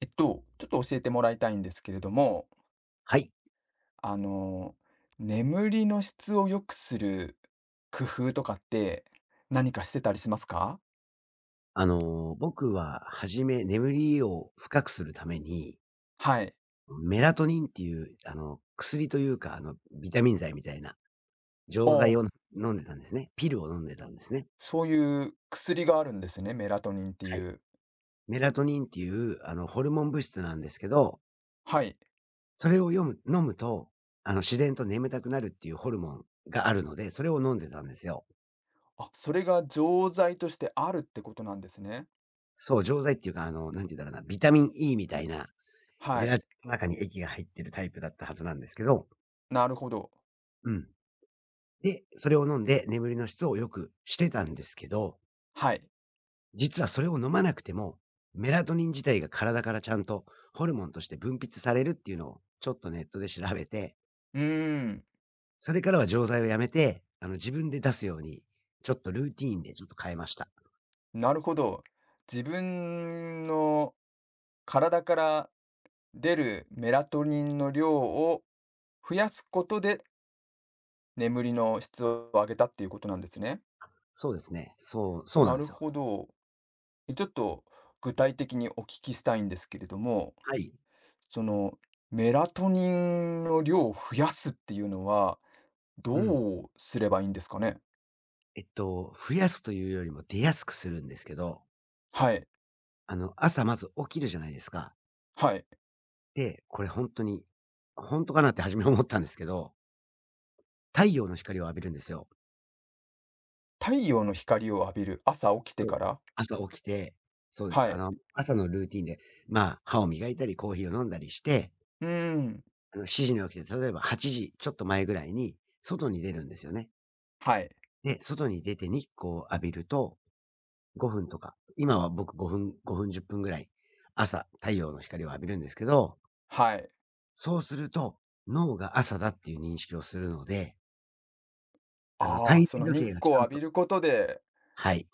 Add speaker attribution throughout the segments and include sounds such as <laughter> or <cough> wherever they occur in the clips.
Speaker 1: ちょっと教えてもらいたいんですけれども、
Speaker 2: はい。
Speaker 1: あの、眠りの質を良くする工夫とかって何かしてたりしますか？
Speaker 2: 僕は初め眠りを深くするために、
Speaker 1: はい。
Speaker 2: メラトニンっていう、薬というか、ビタミン剤みたいな
Speaker 1: あ
Speaker 2: 錠剤
Speaker 1: あ、
Speaker 2: を飲んでたんですね。ピルを飲んでたんですね。
Speaker 1: そういう薬があるんですね、メラトニンってい
Speaker 2: はい。
Speaker 1: う。
Speaker 2: メラトニンっていう、ホルモン物質なんですけど、
Speaker 1: はい。
Speaker 2: それを飲むと、自然と眠たくなるっていうホルモンがあるので、それを飲んでたんですよ。
Speaker 1: あ、それが錠剤としてあるってことなんですね。
Speaker 2: そう、錠剤っていうか、なんて言うんだろうな、ビタミン E みたいな、
Speaker 1: は
Speaker 2: ゼ
Speaker 1: い、
Speaker 2: ラチンの中に液が入ってるタイプだったはずなんですけど、
Speaker 1: なるほど。
Speaker 2: うん。で、それを飲んで眠りの質を良くしてたんですけど、
Speaker 1: はい。
Speaker 2: 実はそれを飲まなくても、メラトニン自体が体からちゃんとホルモンとして分泌されるっていうのをちょっとネットで調べて、
Speaker 1: うーん、
Speaker 2: それからは錠剤をやめて、自分で出すように、ちょっとルーティーンでちょっと変えました。
Speaker 1: なるほど。自分の体から出るメラトニンの量を増やすことで眠りの質を上げたっていうことなんですね。
Speaker 2: そうですね。そう、そうな
Speaker 1: な
Speaker 2: んで
Speaker 1: る
Speaker 2: すよ。
Speaker 1: ほど。ちょっと具体的にお聞きしたいんですけれども、
Speaker 2: はい。
Speaker 1: そのメラトニンの量を増やすっていうのは、ど
Speaker 2: うん。
Speaker 1: うすればいいんですかね？
Speaker 2: 増やすというよりも出やすくするんですけど、
Speaker 1: はい、
Speaker 2: 朝まず起きるじゃないですか。
Speaker 1: はい。
Speaker 2: で、これ本当に、本当かなって初め思ったんですけど、太陽の光を浴びるんですよ。
Speaker 1: 太陽の光を浴びる、朝起きて
Speaker 2: そう。
Speaker 1: から？
Speaker 2: 朝起きて、そうで
Speaker 1: は
Speaker 2: す。
Speaker 1: い。
Speaker 2: 朝のルーティンで、まあ、歯を磨いたり、コーヒーを飲んだりして、
Speaker 1: うーん、
Speaker 2: 7時に起きて、例えば8時ちょっと前ぐらいに外に出るんですよね。
Speaker 1: はい、
Speaker 2: で、外に出て日光を浴びると、5分とか、今は僕5分、5分、10分ぐらい、朝、太陽の光を浴びるんですけど、
Speaker 1: はい。
Speaker 2: そうすると、脳が朝だっていう認識をするので、
Speaker 1: ああ、
Speaker 2: 体
Speaker 1: そ
Speaker 2: 内
Speaker 1: の
Speaker 2: 時
Speaker 1: 日
Speaker 2: 計がち
Speaker 1: 光を
Speaker 2: ゃ
Speaker 1: 浴
Speaker 2: ん
Speaker 1: び
Speaker 2: と、
Speaker 1: ることで、
Speaker 2: はい、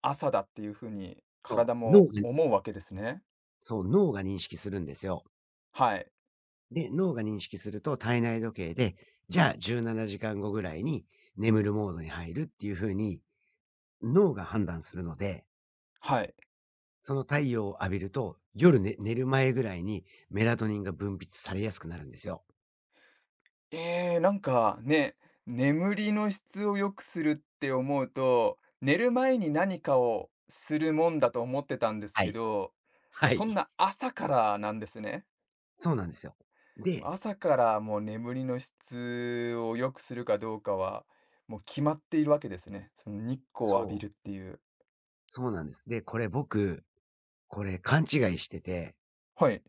Speaker 1: 朝だっていう風に
Speaker 2: そ
Speaker 1: 体
Speaker 2: う、脳
Speaker 1: も
Speaker 2: がね、
Speaker 1: 思うわけですね。
Speaker 2: そう、脳が認識するんですよ。
Speaker 1: はい、
Speaker 2: で、脳が認識すると体内時計で、じゃあ17時間後ぐらいに眠るモードに入るっていう風に脳が判断するので、
Speaker 1: はい。
Speaker 2: その太陽を浴びると、夜ね寝る前ぐらいにメラトニンが分泌されやすくなるんですよ。
Speaker 1: ええ、なんかね、眠りの質を良くするって思うと、寝る前に何かをするもんだと思ってたんです
Speaker 2: は
Speaker 1: け
Speaker 2: い。
Speaker 1: ど、もう
Speaker 2: は
Speaker 1: そ
Speaker 2: い。
Speaker 1: んな朝からなんですね。
Speaker 2: そうなんですよ。で、
Speaker 1: 朝からもう眠りの質を良くするかどうかは、もう決まっているわけですね。その日光を浴
Speaker 2: そ
Speaker 1: び
Speaker 2: う、
Speaker 1: るっていう。
Speaker 2: そうなんです。で、これ僕、これ勘違いしてて、
Speaker 1: はい。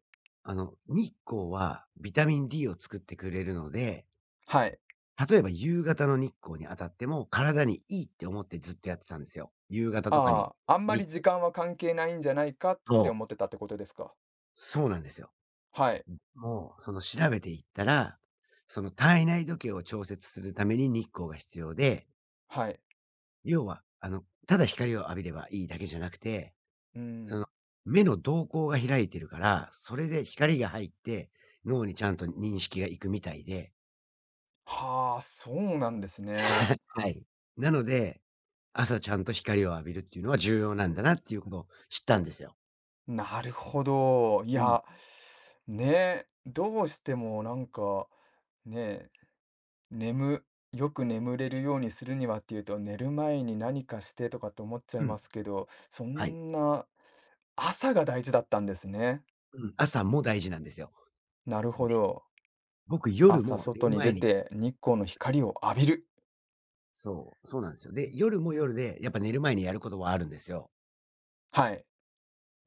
Speaker 2: 日光はビタミン D を作ってくれるので、
Speaker 1: はい。
Speaker 2: 例えば夕方の日光に当たっても、体にいいって思ってずっとやってたんですよ。夕方とかに、
Speaker 1: ああ、あんまり
Speaker 2: 日光
Speaker 1: 時間は関係ないんじゃないかって
Speaker 2: そう、
Speaker 1: 思ってたってことですか。
Speaker 2: そうなんですよ。
Speaker 1: はい。
Speaker 2: もう、その調べていったら、その体内時計を調節するために日光が必要で、
Speaker 1: はい。
Speaker 2: 要は、ただ光を浴びればいいだけじゃなくて、
Speaker 1: う
Speaker 2: その、
Speaker 1: ん。
Speaker 2: 目の瞳孔が開いてるから、それで光が入って、脳にちゃんと認識がいくみたいで。
Speaker 1: はあ、そうなんですね。
Speaker 2: <laughs> はい。なので、朝ちゃんと光を浴びるっていうのは重要なんだなっていうことを知ったんですよ。
Speaker 1: なるほど。い
Speaker 2: うん。
Speaker 1: や、ね、どうしてもなんか、ね、眠よく眠れるようにするにはっていうと、寝る前に何かしてとかって思っちゃ
Speaker 2: う
Speaker 1: い
Speaker 2: ん。
Speaker 1: ますけど、そ
Speaker 2: はい。
Speaker 1: んな、朝が大事だったんですね。
Speaker 2: うん。朝も大事なんですよ。
Speaker 1: なるほ
Speaker 2: で、
Speaker 1: ど。
Speaker 2: 僕夜
Speaker 1: 朝
Speaker 2: も寝
Speaker 1: 外
Speaker 2: る
Speaker 1: に
Speaker 2: 前
Speaker 1: 出
Speaker 2: に、
Speaker 1: て日光の光を浴びる。
Speaker 2: そう、そうなんですよ。で、夜も夜で、やっぱ寝る前にやることはあるんですよ。
Speaker 1: はい。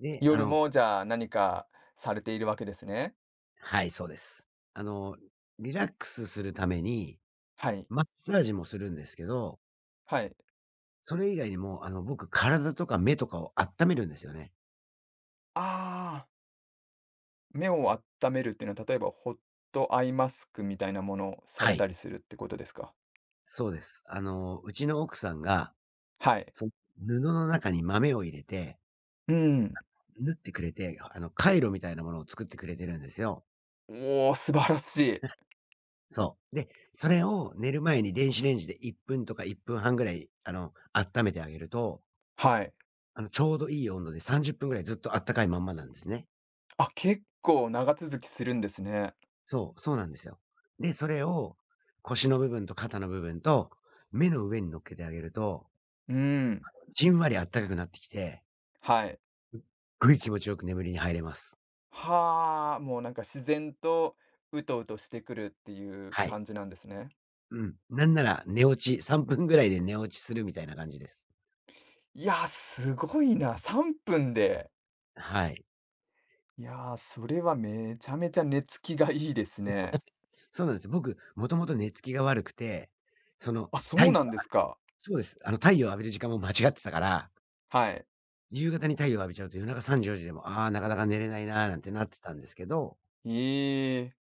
Speaker 2: で、
Speaker 1: 夜もじゃあ何かされているわけですね。
Speaker 2: はい、そうです。あの、リラックスするために、
Speaker 1: はい。
Speaker 2: マッサージもするんですけど、
Speaker 1: はい。
Speaker 2: それ以外にも、僕、体とか目とかを温めるんですよね。
Speaker 1: ああ。目を温めるっていうのは、例えばホットアイマスクみたいなものをさ
Speaker 2: は
Speaker 1: れた
Speaker 2: い、
Speaker 1: りするってことですか？
Speaker 2: そうです。うちの奥さんが、
Speaker 1: はい。
Speaker 2: そ布の中に豆を入れて、
Speaker 1: うん。
Speaker 2: 縫ってくれて、カイロみたいなものを作ってくれてるんですよ。
Speaker 1: おお、素晴らしい。
Speaker 2: そう。で、それを寝る前に電子レンジで1分とか1分半ぐらい、温めてあげると、
Speaker 1: はい。
Speaker 2: ちょうどいい温度で30分ぐらいずっとあったかいまんまなんですね。
Speaker 1: あ、結構長続きするんですね。
Speaker 2: そう、そうなんですよ。で、それを腰の部分と肩の部分と目の上に乗っけてあげると、
Speaker 1: うーん、
Speaker 2: じんわりあったかくなってきて、
Speaker 1: はい。
Speaker 2: 気持ちよく眠りに入れます。
Speaker 1: はあ、もうなんか自然とうとうとしてくるっていう
Speaker 2: はい。
Speaker 1: 感じなんですね。
Speaker 2: うん。なんなら寝落ち、3分ぐらいで寝落ちするみたいな感じです。
Speaker 1: いや、すごいな、3分で。
Speaker 2: はい。
Speaker 1: いやー、それはめちゃめちゃ寝つきがいいですね。
Speaker 2: そうなんです。僕、もともと寝つきが悪くて、その、
Speaker 1: あ、そう
Speaker 2: 体
Speaker 1: なんですか。
Speaker 2: そうです。太陽浴びる時間も間違ってたから、
Speaker 1: はい。
Speaker 2: 夕方に太陽浴びちゃうと夜中3時、4時でも、ああ、なかなか寝れないな、なんてなってたんですけど、
Speaker 1: ええ。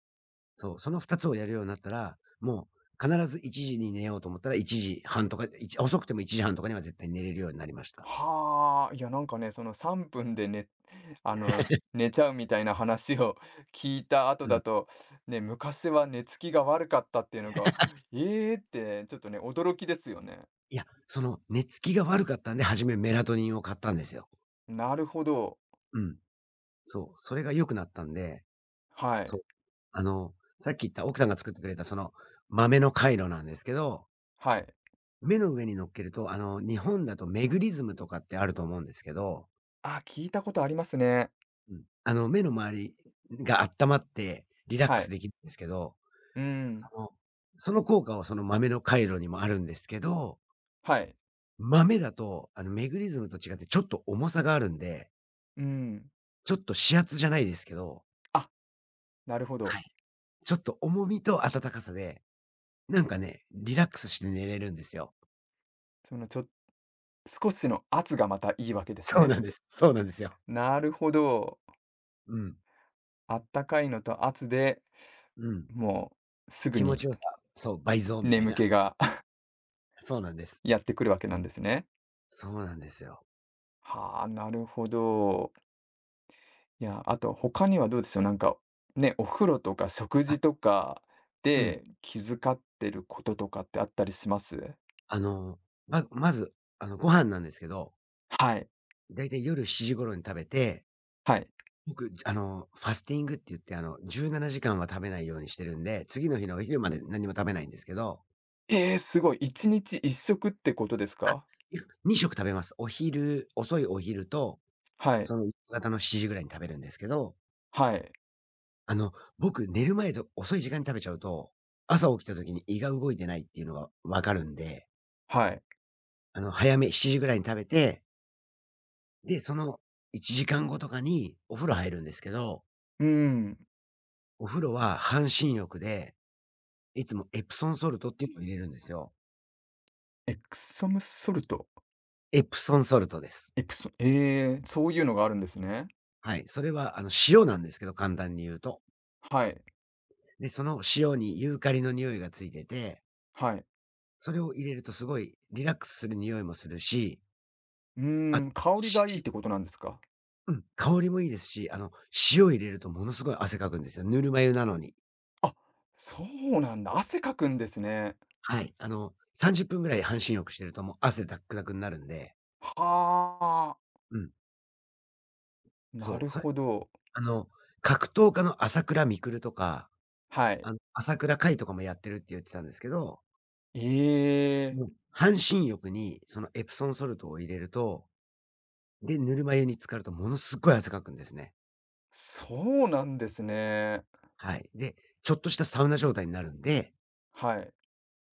Speaker 2: そう、その2つをやるようになったら、もう必ず1時に寝ようと思ったら1時半とか、遅くても1時半とかには絶対寝れるようになりました。
Speaker 1: はあ、いや、なんかね、その3分でねあの、寝ちゃうみたいな話を <laughs> 聞いた後
Speaker 2: うん。
Speaker 1: だと、ね、昔は寝つきが悪かったっていうのが、ええーって、ちょっとね、驚きですよね。
Speaker 2: いや、その寝つきが悪かったんで、初めメラトニンを買ったんですよ。
Speaker 1: なるほど。
Speaker 2: うん。そう、それが良くなったんで、
Speaker 1: は
Speaker 2: そ
Speaker 1: い。
Speaker 2: う。あの、さっき言った奥さんが作ってくれたその豆の回路なんですけど、
Speaker 1: はい。
Speaker 2: 目の上に乗っけると、日本だとメグリズムとかってあると思うんですけど、
Speaker 1: あ、聞いたことありますね。
Speaker 2: うん。目の周りが温まってリラッ
Speaker 1: は
Speaker 2: クス
Speaker 1: い。
Speaker 2: できるんですけど、
Speaker 1: うん。
Speaker 2: その、その効果はその豆の回路にもあるんですけど、
Speaker 1: はい。
Speaker 2: 豆だと、メグリズムと違ってちょっと重さがあるんで、
Speaker 1: うん。
Speaker 2: ちょっと指圧じゃないですけど、
Speaker 1: あ、なるほど。
Speaker 2: はい。ちょっと重みと温かさで、なんかね、リラックスして寝れるんですよ。
Speaker 1: その少しの圧がまたいいわけです
Speaker 2: そう
Speaker 1: ね。
Speaker 2: なんです。そうなんですよ。
Speaker 1: なるほど。
Speaker 2: うん。
Speaker 1: あったかいのと圧で、
Speaker 2: うん。
Speaker 1: もうすぐ
Speaker 2: 気持
Speaker 1: に
Speaker 2: ちよさ、そう、倍増みたい
Speaker 1: 眠
Speaker 2: な。
Speaker 1: 気が
Speaker 2: そうなんです。
Speaker 1: やってくるわけなんですね。
Speaker 2: そうなんですよ。
Speaker 1: はあ、なるほど。いや、あと他にはどうでしょう、なんか、ね、お風呂とか食
Speaker 2: あ、
Speaker 1: 事とか
Speaker 2: うん。
Speaker 1: で気遣ってることとかってあったりします？
Speaker 2: あの、まず、ご飯なんですけど、
Speaker 1: はい、
Speaker 2: だいたい夜7時頃に食べて、
Speaker 1: はい。
Speaker 2: 僕、ファスティングって言って、17時間は食べないようにしてるんで、次の日のお昼まで何も食べないんですけど、
Speaker 1: ええ、すごい、一日一食ってことです
Speaker 2: あ、
Speaker 1: か？
Speaker 2: いや、2食食べます。遅いお昼と、
Speaker 1: はい、
Speaker 2: その夕方の7時ぐらいに食べるんですけど、
Speaker 1: はい、
Speaker 2: あの、僕、寝る前と遅い時間に食べちゃうと、朝起きた時に胃が動いてないっていうのがわかるんで、
Speaker 1: はい。
Speaker 2: 早め7時ぐらいに食べて、で、その1時間後とかにお風呂入るんですけど、
Speaker 1: うーん、
Speaker 2: お風呂は半身浴で、いつもエプソンソルトっていうのを入れるんですよ。
Speaker 1: エクソムソルト、
Speaker 2: エプソンソルトです。
Speaker 1: エプソええ、そういうのがあるんですね。
Speaker 2: はい。それはあの塩なんですけど、簡単に言うと。
Speaker 1: はい、
Speaker 2: で、その塩にユーカリの匂いがついてて、
Speaker 1: はい。
Speaker 2: それを入れるとすごいリラックスする匂いもするし、
Speaker 1: う
Speaker 2: あ、
Speaker 1: ーん、香りがいいっ
Speaker 2: し
Speaker 1: てことなんですか？
Speaker 2: うん、香りもいいですし、塩入れるとものすごい汗かくんですよ。ぬるま湯なのに。
Speaker 1: あ、そうなんだ、汗かくんですね。
Speaker 2: はい。30分ぐらい半身浴してるともう汗だっくだくになるんで。
Speaker 1: はあ、
Speaker 2: うん。
Speaker 1: な
Speaker 2: そ
Speaker 1: る
Speaker 2: う。それ
Speaker 1: ほど。
Speaker 2: あの、格闘家の朝倉未来とか、
Speaker 1: はい。
Speaker 2: 朝倉海とかもやってるって言ってたんですけど、
Speaker 1: ええ、
Speaker 2: もう半身浴にそのエプソンソルトを入れると、で、ぬるま湯に浸かるとものすごい汗かくんですね。
Speaker 1: そうなんですね。
Speaker 2: はい。で、ちょっとしたサウナ状態になるんで、
Speaker 1: はい。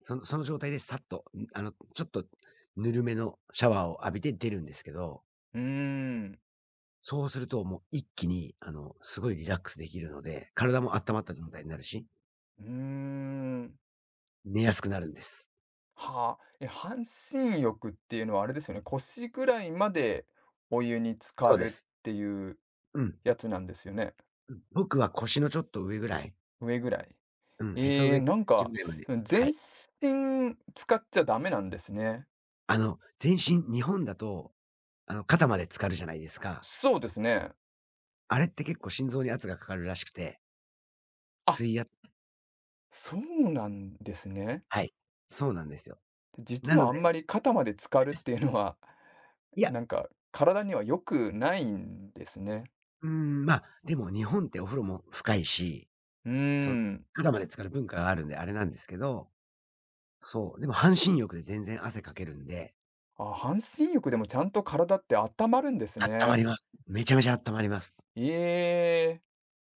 Speaker 2: その状態でさっと、ちょっとぬるめのシャワーを浴びて出るんですけど、
Speaker 1: うーん、
Speaker 2: そうするともう一気に、すごいリラックスできるので、体も温まった状態になるし、
Speaker 1: うーん。
Speaker 2: 寝やすくなるんです。
Speaker 1: はあ、半身浴っていうのはあれですよね、腰ぐらいまでお湯に浸か
Speaker 2: そうで
Speaker 1: る
Speaker 2: す。
Speaker 1: っていう
Speaker 2: うん。
Speaker 1: やつなんですよね。
Speaker 2: 僕は腰のちょっと上ぐらい、
Speaker 1: 上ぐらい。
Speaker 2: うん、へそ上
Speaker 1: なん
Speaker 2: 10
Speaker 1: か、
Speaker 2: ぐらいまで、
Speaker 1: その、
Speaker 2: は
Speaker 1: 全
Speaker 2: い。
Speaker 1: 身浸っちゃダメなんですね。
Speaker 2: 全身日本だと、肩まで浸かるじゃないですか。
Speaker 1: そうですね。
Speaker 2: あれって結構心臓に圧がかかるらしくて、
Speaker 1: あ、
Speaker 2: 水圧、
Speaker 1: そうなんですね。
Speaker 2: はい。そうなんですよ。
Speaker 1: 実
Speaker 2: なの
Speaker 1: はあ
Speaker 2: で、
Speaker 1: んまり肩まで浸かるっていうのは、<laughs>
Speaker 2: いや、
Speaker 1: なんか体には良くないんですね。
Speaker 2: うーん、まあ、でも日本ってお風呂も深いし、
Speaker 1: うー
Speaker 2: そ
Speaker 1: ん。
Speaker 2: 肩まで浸かる文化があるんであれなんですけど、そう、でも半身浴で全然汗かけるんで、
Speaker 1: あ、半身浴でもちゃんと体って温まるんです
Speaker 2: 温ま
Speaker 1: ね。
Speaker 2: ります。めちゃめちゃ温まります。
Speaker 1: ええ、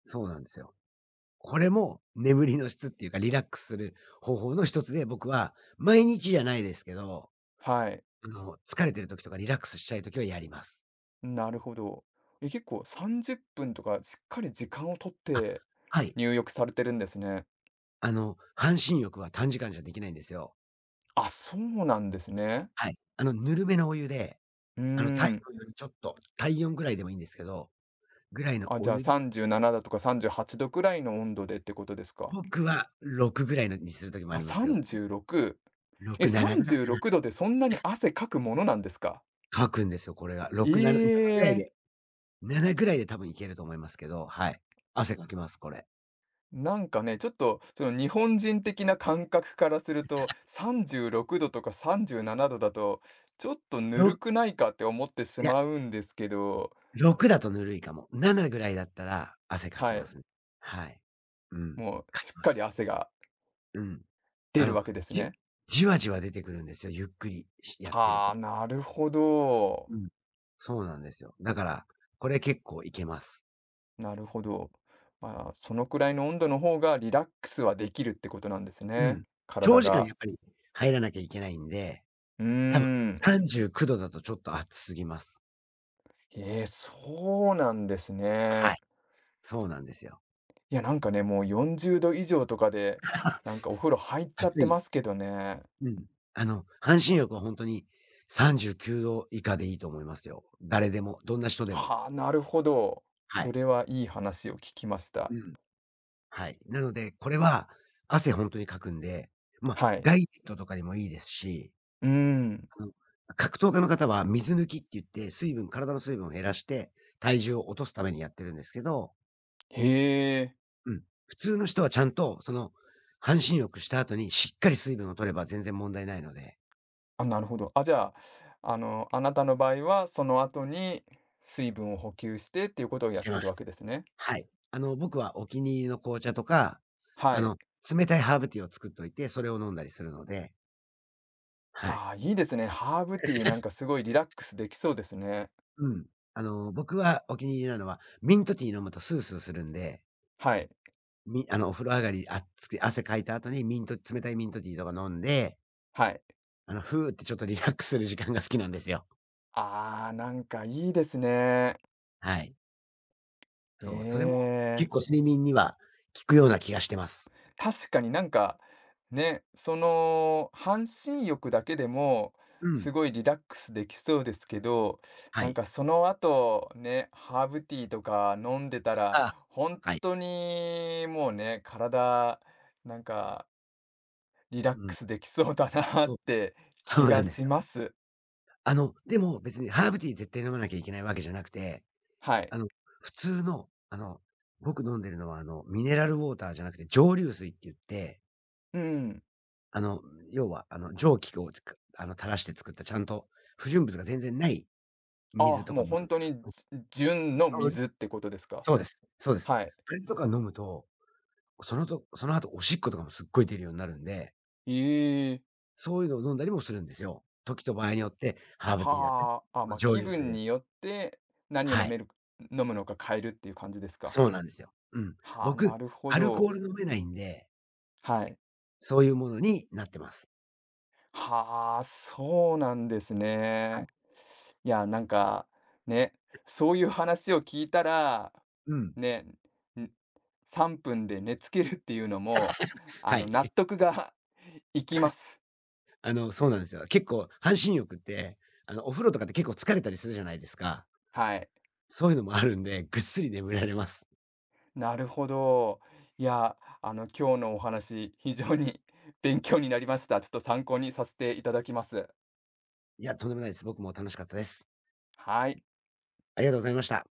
Speaker 2: そうなんですよ。これも眠りの質っていうか、リラックスする方法の一つで、僕は毎日じゃないですけど、
Speaker 1: はい、
Speaker 2: 疲れてる時とかリラックスしたい時はやります。
Speaker 1: なるほど。結構30分とかしっかり時間をとっ
Speaker 2: あ、
Speaker 1: て
Speaker 2: はい。
Speaker 1: 入浴されてるんですね。
Speaker 2: 半身浴は短時間じゃできないんですよ。
Speaker 1: あ、そうなんですね。
Speaker 2: はい。ぬるめのお湯で、
Speaker 1: うー
Speaker 2: 体
Speaker 1: ん。
Speaker 2: 温よりちょっと、体温ぐらいでもいいんですけど、ぐらいの
Speaker 1: あ、
Speaker 2: お
Speaker 1: じゃあ
Speaker 2: 湯、
Speaker 1: 37度とか38度くらいの温度でってことですか。
Speaker 2: 僕は6ぐらいのにする時もあ
Speaker 1: あ、
Speaker 2: りますけど、
Speaker 1: 36。
Speaker 2: 6、7ぐらい
Speaker 1: 36
Speaker 2: かな。
Speaker 1: 度でそんなに汗かくものなんですか？
Speaker 2: かくんですよ、これが。
Speaker 1: え
Speaker 2: 6、7、ななぐらい
Speaker 1: え、
Speaker 2: で、7ぐらいで多分いけると思いますけど、はい。汗かきます、これ。
Speaker 1: なんかね、ちょっとその日本人的な感覚からすると、36度とか37度だと、ちょっとぬ
Speaker 2: ろ
Speaker 1: るくないかって思ってし
Speaker 2: いや、
Speaker 1: まうんですけど、
Speaker 2: 6だとぬるいかも。7ぐらいだったら汗かき
Speaker 1: は
Speaker 2: ま
Speaker 1: い、
Speaker 2: すね。はい。うん。
Speaker 1: もう
Speaker 2: か
Speaker 1: し
Speaker 2: き
Speaker 1: っ
Speaker 2: ま
Speaker 1: かり
Speaker 2: す。
Speaker 1: 汗が
Speaker 2: うん。
Speaker 1: 出
Speaker 2: あ
Speaker 1: る
Speaker 2: の、
Speaker 1: わけです
Speaker 2: じ
Speaker 1: ね。
Speaker 2: じわじわ出てくるんですよ、ゆっくりしやってる
Speaker 1: はあ、
Speaker 2: と。
Speaker 1: なるほど。
Speaker 2: うん。そうなんですよ。だから、これ結構いけます。
Speaker 1: なるほど。まあ、そのくらいの温度の方がリラックスはできるってことなんです
Speaker 2: う
Speaker 1: ね、
Speaker 2: ん。
Speaker 1: 体
Speaker 2: 長時間
Speaker 1: が。
Speaker 2: やっぱり入らなきゃいけないんで、
Speaker 1: うー
Speaker 2: 多分
Speaker 1: ん。
Speaker 2: 39度だとちょっと暑すぎます。
Speaker 1: ええ、そうなんです
Speaker 2: は
Speaker 1: ね。
Speaker 2: い。そうなんですよ。
Speaker 1: いや、なんかね、もう40度以上とかで、
Speaker 2: <laughs>
Speaker 1: なんかお風呂入っちゃっ
Speaker 2: 暑
Speaker 1: てま
Speaker 2: い。
Speaker 1: すけどね。
Speaker 2: うん。半身浴はほんとに39度以下でいいと思いますよ。誰でも、どんな人でも。
Speaker 1: はあ、なるほど。
Speaker 2: は
Speaker 1: そ
Speaker 2: い。
Speaker 1: れはいい話を聞きまし
Speaker 2: う
Speaker 1: た。
Speaker 2: ん。はい。なので、これは汗ほんとにかくんで、ま、
Speaker 1: はい。
Speaker 2: ダイエットとかにもいいですし、
Speaker 1: うーん。
Speaker 2: あの、格闘家の方は水抜きって言って、水分、体の水分を減らして、体重を落とすためにやってるんですけど、
Speaker 1: へえ。
Speaker 2: うん。普通の人はちゃんと、その、半身浴した後にしっかり水分を摂れば全然問題ないので、
Speaker 1: あ、なるほど。あ、じゃあ、あなたの場合は、その後に水分を補給してっていうことを
Speaker 2: し
Speaker 1: やっ
Speaker 2: て
Speaker 1: て
Speaker 2: ま
Speaker 1: るわ
Speaker 2: す。
Speaker 1: けですね。
Speaker 2: はい。僕はお気に入りの紅茶とか、
Speaker 1: は
Speaker 2: あ
Speaker 1: い。
Speaker 2: の、冷たいハーブティーを作っといて、それを飲んだりするので、はい。
Speaker 1: ああ、いいですね。ハーブティーなんかすごいリラックスできそうですね。
Speaker 2: うん。僕はお気に入りなのは、ミントティー飲むとスースーするんで、
Speaker 1: はい、
Speaker 2: みあの、お風呂上がり、あつく汗かいた後にミント冷たいミントティーとか飲んで、
Speaker 1: はい。
Speaker 2: ふーってちょっとリラックスする時間が好きなんですよ。
Speaker 1: ああ、なんかいいですね。
Speaker 2: はい。
Speaker 1: え
Speaker 2: そう、それも
Speaker 1: え、
Speaker 2: 結構睡眠には効くような気がしてます。
Speaker 1: 確かになんか、ね、その、半身浴だけでも、
Speaker 2: う
Speaker 1: す
Speaker 2: ん。
Speaker 1: ごいリラックスできそうですけど、
Speaker 2: は
Speaker 1: なん
Speaker 2: い。
Speaker 1: かその後、ね、ハーブティーとか飲んでたら、
Speaker 2: あ、
Speaker 1: 本
Speaker 2: はい。
Speaker 1: 当にもうね、体、なんかリラッ
Speaker 2: う
Speaker 1: ク
Speaker 2: ん。
Speaker 1: スできそうだな
Speaker 2: そ
Speaker 1: っ
Speaker 2: う、
Speaker 1: て <laughs>
Speaker 2: そ
Speaker 1: 気
Speaker 2: う
Speaker 1: が
Speaker 2: なんです
Speaker 1: し
Speaker 2: よ。
Speaker 1: ます。
Speaker 2: でも別にハーブティー絶対飲まなきゃいけないわけじゃなくて、
Speaker 1: はい。
Speaker 2: あの、普通の、僕飲んでるのはミネラルウォーターじゃなくて蒸留水って言って、
Speaker 1: うん。
Speaker 2: あの、要は、蒸気を、くあの、垂らして作ったちゃんと不純物が全然ない
Speaker 1: あ
Speaker 2: 水と
Speaker 1: も
Speaker 2: か
Speaker 1: う
Speaker 2: もある
Speaker 1: 本
Speaker 2: んです
Speaker 1: 当
Speaker 2: けど、
Speaker 1: に、
Speaker 2: うん、
Speaker 1: 純の
Speaker 2: <unintelligible>
Speaker 1: 水ってことですか？
Speaker 2: そうです。そうです。
Speaker 1: はい。
Speaker 2: あれとか飲むと、その後おしっことかもすっごい出るようになるんで、
Speaker 1: ええ。
Speaker 2: そういうのを飲んだりもするんですよ。時と場合によって、ハーブティーだって、
Speaker 1: はあ、あ、
Speaker 2: その
Speaker 1: ま、
Speaker 2: 蒸
Speaker 1: 気
Speaker 2: 留水
Speaker 1: 分
Speaker 2: だ
Speaker 1: によって何を
Speaker 2: は
Speaker 1: 飲
Speaker 2: い、
Speaker 1: める飲むのか変えるっていう感じですか。
Speaker 2: そうなんですよ。うん。
Speaker 1: はあ、な
Speaker 2: 僕、
Speaker 1: るほ
Speaker 2: アルコー
Speaker 1: ど。
Speaker 2: ル飲めないんで、
Speaker 1: はい。
Speaker 2: そういうものになってます。
Speaker 1: はあ、そうなんです
Speaker 2: は
Speaker 1: ね。
Speaker 2: い。
Speaker 1: いや、なんか、ね、そういう話を聞いたら、
Speaker 2: うん。
Speaker 1: ね、ん3分で寝つけるっていうのも、
Speaker 2: は
Speaker 1: 納
Speaker 2: い。
Speaker 1: 得が <laughs> いきます。
Speaker 2: そうなんですよ。結構、半身浴って、お風呂とかって結構疲れたりするじゃないですか。
Speaker 1: はい。
Speaker 2: そういうのもあるんで、ぐっすり眠られます。
Speaker 1: なるほど。いや、今日のお話、非常に <laughs> 勉強になりました。ちょっと参考にさせていただきます。
Speaker 2: いや、とんでもないです。僕も楽しかったです。
Speaker 1: はい。
Speaker 2: ありがとうございました。